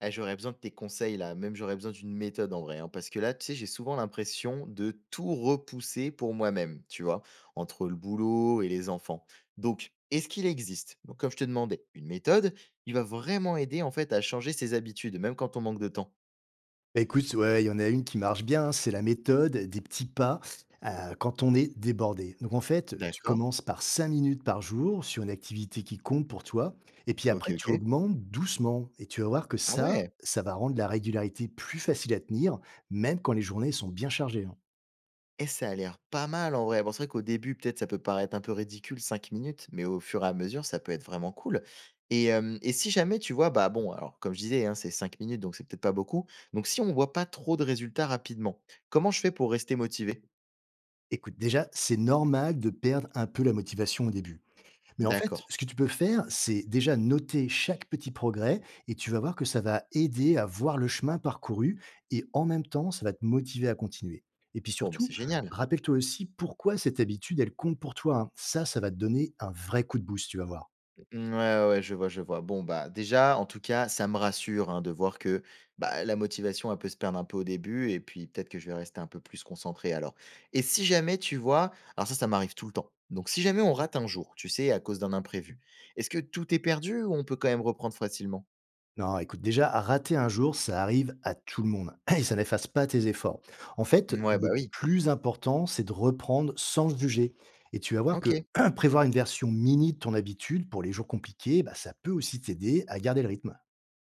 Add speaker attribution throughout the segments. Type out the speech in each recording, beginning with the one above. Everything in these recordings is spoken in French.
Speaker 1: Ah, j'aurais besoin de tes conseils là, même j'aurais besoin d'une méthode en vrai, hein, parce que là, tu sais, j'ai souvent l'impression de tout repousser pour moi-même, tu vois, entre le boulot et les enfants. Donc, est-ce qu'il existe, donc, comme je te demandais, une méthode qui va vraiment aider en fait à changer ses habitudes, même quand on manque de temps?
Speaker 2: Bah, écoute, ouais, il y en a une qui marche bien, c'est la méthode des petits pas quand on est débordé. Donc en fait, tu
Speaker 1: D'accord.
Speaker 2: commences par 5 minutes par jour sur une activité qui compte pour toi, et puis
Speaker 1: Ok,
Speaker 2: après, tu
Speaker 1: ok.
Speaker 2: augmentes doucement, et tu vas voir que
Speaker 1: Ah
Speaker 2: ça,
Speaker 1: ouais.
Speaker 2: ça va rendre la régularité plus facile à tenir, même quand les journées sont bien chargées, hein.
Speaker 1: Et ça a l'air pas mal en vrai. Bon, c'est vrai qu'au début, peut-être ça peut paraître un peu ridicule 5 minutes, mais au fur et à mesure, ça peut être vraiment cool. Et si jamais tu vois, bah, bon, alors comme je disais, hein, c'est 5 minutes, donc c'est peut-être pas beaucoup. Donc si on voit pas trop de résultats rapidement, comment je fais pour rester motivé?
Speaker 2: Écoute, déjà, c'est normal de perdre un peu la motivation au début. Mais en fait,
Speaker 1: D'accord.
Speaker 2: ce que tu peux faire, c'est déjà noter chaque petit progrès et tu vas voir que ça va aider à voir le chemin parcouru et en même temps, ça va te motiver à continuer. Et puis
Speaker 1: Bon, bah,
Speaker 2: surtout,
Speaker 1: c'est génial.
Speaker 2: rappelle-toi aussi pourquoi cette habitude, elle compte pour toi, hein. Ça va te donner un vrai coup de boost, tu vas voir.
Speaker 1: Mmh, ouais, ouais, je vois, je vois. Bon, bah, déjà, en tout cas, ça me rassure, hein, de voir que, bah, la motivation, elle peut se perdre un peu au début et puis peut-être que je vais rester un peu plus concentré alors. Et si jamais, tu vois alors ça m'arrive tout le temps. Donc si jamais on rate un jour, tu sais, à cause d'un imprévu, est-ce que tout est perdu ou on peut quand même reprendre facilement?
Speaker 2: Non, écoute, déjà, à rater un jour, ça arrive à tout le monde et ça n'efface pas tes efforts. En fait,
Speaker 1: Ouais, bah,
Speaker 2: le
Speaker 1: oui.
Speaker 2: plus important, c'est de reprendre sans juger. Et tu vas voir que
Speaker 1: OK.
Speaker 2: prévoir une version mini de ton habitude pour les jours compliqués, bah, ça peut aussi t'aider à garder le rythme.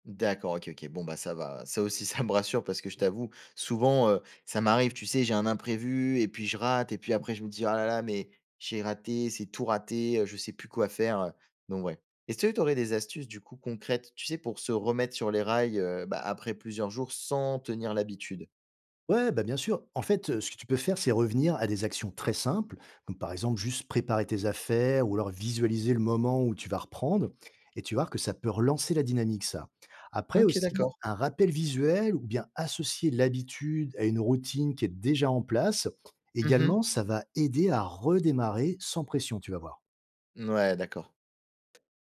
Speaker 1: D'accord, OK, OK. Bon, bah, ça va. Ça aussi, ça me rassure parce que je t'avoue, souvent, ça m'arrive, tu sais, j'ai un imprévu et puis je rate et puis après je me dis: «Ah là là, mais j'ai raté, c'est tout raté, je sais plus quoi faire», donc ouais. Est-ce que tu aurais des astuces, du coup, concrètes, tu sais, pour se remettre sur les rails, bah, après plusieurs jours sans tenir l'habitude?
Speaker 2: Ouais, bah, bien sûr. En fait, ce que tu peux faire, c'est revenir à des actions très simples, comme par exemple juste préparer tes affaires ou alors visualiser le moment où tu vas reprendre et tu vas voir que ça peut relancer la dynamique ça. Après
Speaker 1: OK,
Speaker 2: aussi,
Speaker 1: d'accord.
Speaker 2: un rappel visuel ou bien associer l'habitude à une routine qui est déjà en place, également,
Speaker 1: Mmh.
Speaker 2: ça va aider à redémarrer sans pression, tu vas voir.
Speaker 1: Ouais, d'accord.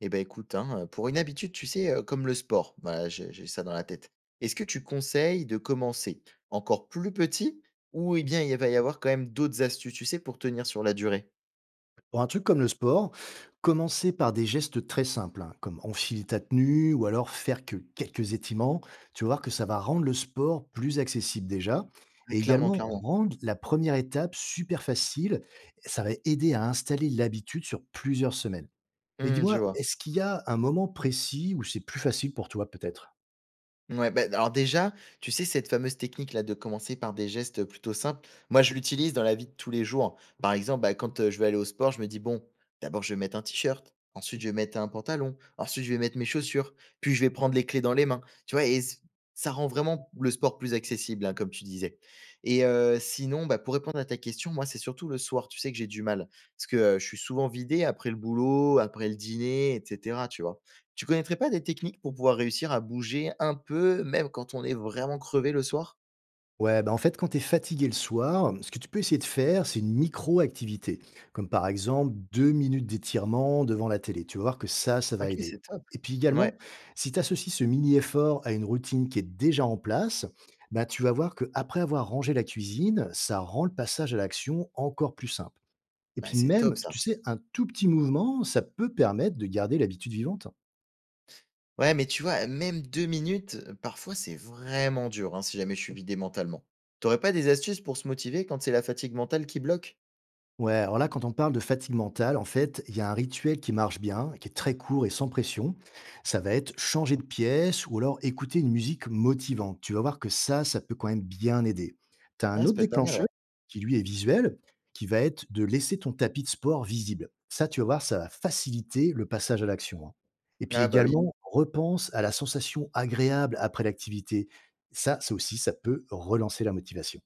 Speaker 1: Eh ben écoute, hein, pour une habitude, tu sais, comme le sport, voilà, j'ai ça dans la tête. Est-ce que tu conseilles de commencer encore plus petit ou eh bien il va y avoir quand même d'autres astuces, tu sais, pour tenir sur la durée?
Speaker 2: Pour un truc comme le sport, commencer par des gestes très simples, hein, comme enfiler ta tenue ou alors faire que quelques étirements, tu vas voir que ça va rendre le sport plus accessible déjà.
Speaker 1: Ouais,
Speaker 2: Et
Speaker 1: clairement,
Speaker 2: également
Speaker 1: clairement.
Speaker 2: rendre la première étape super facile, ça va aider à installer l'habitude sur plusieurs semaines. Mais
Speaker 1: Mmh, je
Speaker 2: dis-moi,
Speaker 1: vois.
Speaker 2: est-ce qu'il y a un moment précis où c'est plus facile pour toi peut-être?
Speaker 1: Ouais, bah, alors déjà, tu sais, cette fameuse technique-là de commencer par des gestes plutôt simples, moi, je l'utilise dans la vie de tous les jours. Par exemple, bah, quand je vais aller au sport, je me dis, bon, d'abord, je vais mettre un t-shirt, ensuite, je vais mettre un pantalon, ensuite, je vais mettre mes chaussures, puis je vais prendre les clés dans les mains. Tu vois, ça rend vraiment le sport plus accessible, hein, comme tu disais. Et sinon, bah, pour répondre à ta question, moi, c'est surtout le soir, tu sais que j'ai du mal, parce que je suis souvent vidé après le boulot, après le dîner, etc., tu vois. Tu connaîtrais pas des techniques pour pouvoir réussir à bouger un peu, même quand on est vraiment crevé le soir?
Speaker 2: Ouais, bah en fait, quand tu es fatigué le soir, ce que tu peux essayer de faire, c'est une micro-activité, comme par exemple 2 minutes d'étirement devant la télé. Tu vas voir que ça va
Speaker 1: OK,
Speaker 2: aider.
Speaker 1: c'est top.
Speaker 2: Et puis également,
Speaker 1: Ouais,
Speaker 2: si tu associes ce mini-effort à une routine qui est déjà en place, bah tu vas voir qu'après avoir rangé la cuisine, ça rend le passage à l'action encore plus simple. Et
Speaker 1: bah,
Speaker 2: puis
Speaker 1: c'est
Speaker 2: même,
Speaker 1: top ça.
Speaker 2: tu sais, un tout petit mouvement, ça peut permettre de garder l'habitude vivante.
Speaker 1: Ouais, mais tu vois, même 2 minutes, parfois c'est vraiment dur, hein, si jamais je suis vidé mentalement. T'aurais pas des astuces pour se motiver quand c'est la fatigue mentale qui bloque?
Speaker 2: Ouais, alors là, quand on parle de fatigue mentale, en fait, il y a un rituel qui marche bien, qui est très court et sans pression. Ça va être changer de pièce ou alors écouter une musique motivante. Tu vas voir que ça peut quand même bien aider. Tu as un
Speaker 1: Ah, ça
Speaker 2: autre
Speaker 1: peut être pas mal, ouais.
Speaker 2: déclencheur qui, lui, est visuel, qui va être de laisser ton tapis de sport visible. Ça, tu vas voir, ça va faciliter le passage à l'action, hein. Et puis
Speaker 1: Ah bah, oui.
Speaker 2: également, repense à la sensation agréable après l'activité. Ça aussi, ça peut relancer la motivation.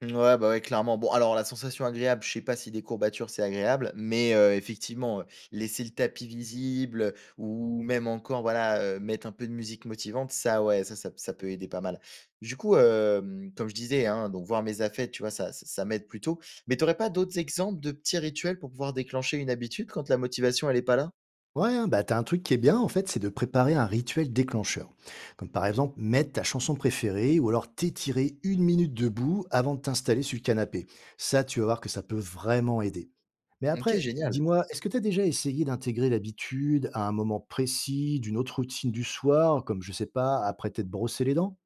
Speaker 1: Ouais, bah, ouais, clairement. Bon, alors la sensation agréable, je sais pas si des courbatures, c'est agréable, mais effectivement, laisser le tapis visible, ou même encore, voilà, mettre un peu de musique motivante, ça, ouais, ça peut aider pas mal. Du coup, comme je disais, hein, donc voir mes affects, tu vois, ça m'aide plutôt. Mais t'aurais pas d'autres exemples de petits rituels pour pouvoir déclencher une habitude quand la motivation, elle est pas là?
Speaker 2: Ouais, hein, bah, t'as un truc qui est bien, en fait, c'est de préparer un rituel déclencheur. Comme par exemple, mettre ta chanson préférée ou alors t'étirer 1 minute debout avant de t'installer sur le canapé. Ça, tu vas voir que ça peut vraiment aider. Mais
Speaker 1: OK,
Speaker 2: après,
Speaker 1: génial.
Speaker 2: dis-moi, est-ce que t'as déjà essayé d'intégrer l'habitude à un moment précis d'une autre routine du soir, comme je sais pas, après t'être brossé les dents?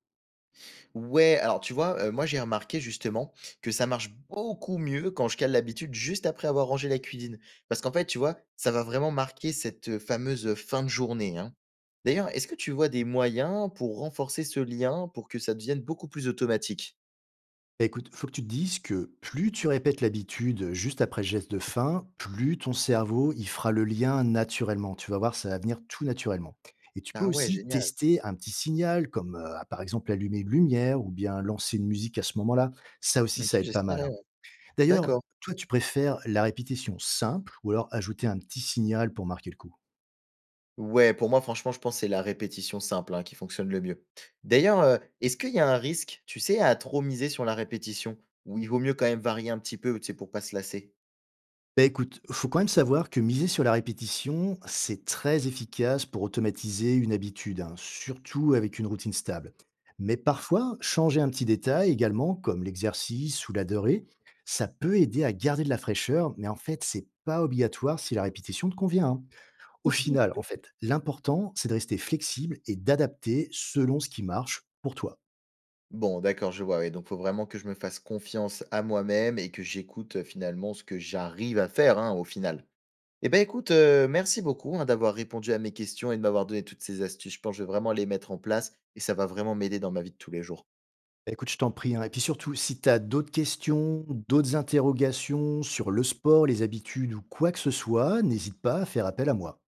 Speaker 1: Ouais, alors tu vois, moi j'ai remarqué justement que ça marche beaucoup mieux quand je cale l'habitude juste après avoir rangé la cuisine. Parce qu'en fait, tu vois, ça va vraiment marquer cette, fameuse, fin de journée, hein. D'ailleurs, est-ce que tu vois des moyens pour renforcer ce lien, pour que ça devienne beaucoup plus automatique?
Speaker 2: Bah, écoute, faut que tu te dises que plus tu répètes l'habitude juste après le geste de faim, plus ton cerveau il fera le lien naturellement. Tu vas voir, ça va venir tout naturellement. Et tu peux
Speaker 1: Ah ouais,
Speaker 2: aussi
Speaker 1: génial.
Speaker 2: tester un petit signal, comme par exemple allumer une lumière ou bien lancer une musique à ce moment-là. Ça aussi,
Speaker 1: OK,
Speaker 2: ça aide pas mal,
Speaker 1: j'essaierai,
Speaker 2: hein.
Speaker 1: ouais.
Speaker 2: D'ailleurs,
Speaker 1: D'accord.
Speaker 2: toi, tu préfères la répétition simple ou alors ajouter un petit signal pour marquer le coup?
Speaker 1: Ouais, pour moi franchement, je pense que c'est la répétition simple, hein, qui fonctionne le mieux. D'ailleurs, est-ce qu'il y a un risque, tu sais, à trop miser sur la répétition? Ou il vaut mieux quand même varier un petit peu, tu sais, pour pas se lasser?
Speaker 2: Bah écoute, faut quand même savoir que miser sur la répétition, c'est très efficace pour automatiser une habitude, hein, surtout avec une routine stable. Mais parfois, changer un petit détail également, comme l'exercice ou la durée, ça peut aider à garder de la fraîcheur, mais en fait, c'est pas obligatoire si la répétition te convient, hein. Au final, en fait, l'important, c'est de rester flexible et d'adapter selon ce qui marche pour toi.
Speaker 1: Bon, d'accord, je vois, ouais, donc faut vraiment que je me fasse confiance à moi-même et que j'écoute, finalement ce que j'arrive à faire, hein, au final. Eh ben, écoute, merci beaucoup, hein, d'avoir répondu à mes questions et de m'avoir donné toutes ces astuces. Je pense que je vais vraiment les mettre en place et ça va vraiment m'aider dans ma vie de tous les jours.
Speaker 2: Bah, écoute, je t'en prie, hein. Et puis surtout, si tu as d'autres questions, d'autres interrogations sur le sport, les habitudes ou quoi que ce soit, n'hésite pas à faire appel à moi.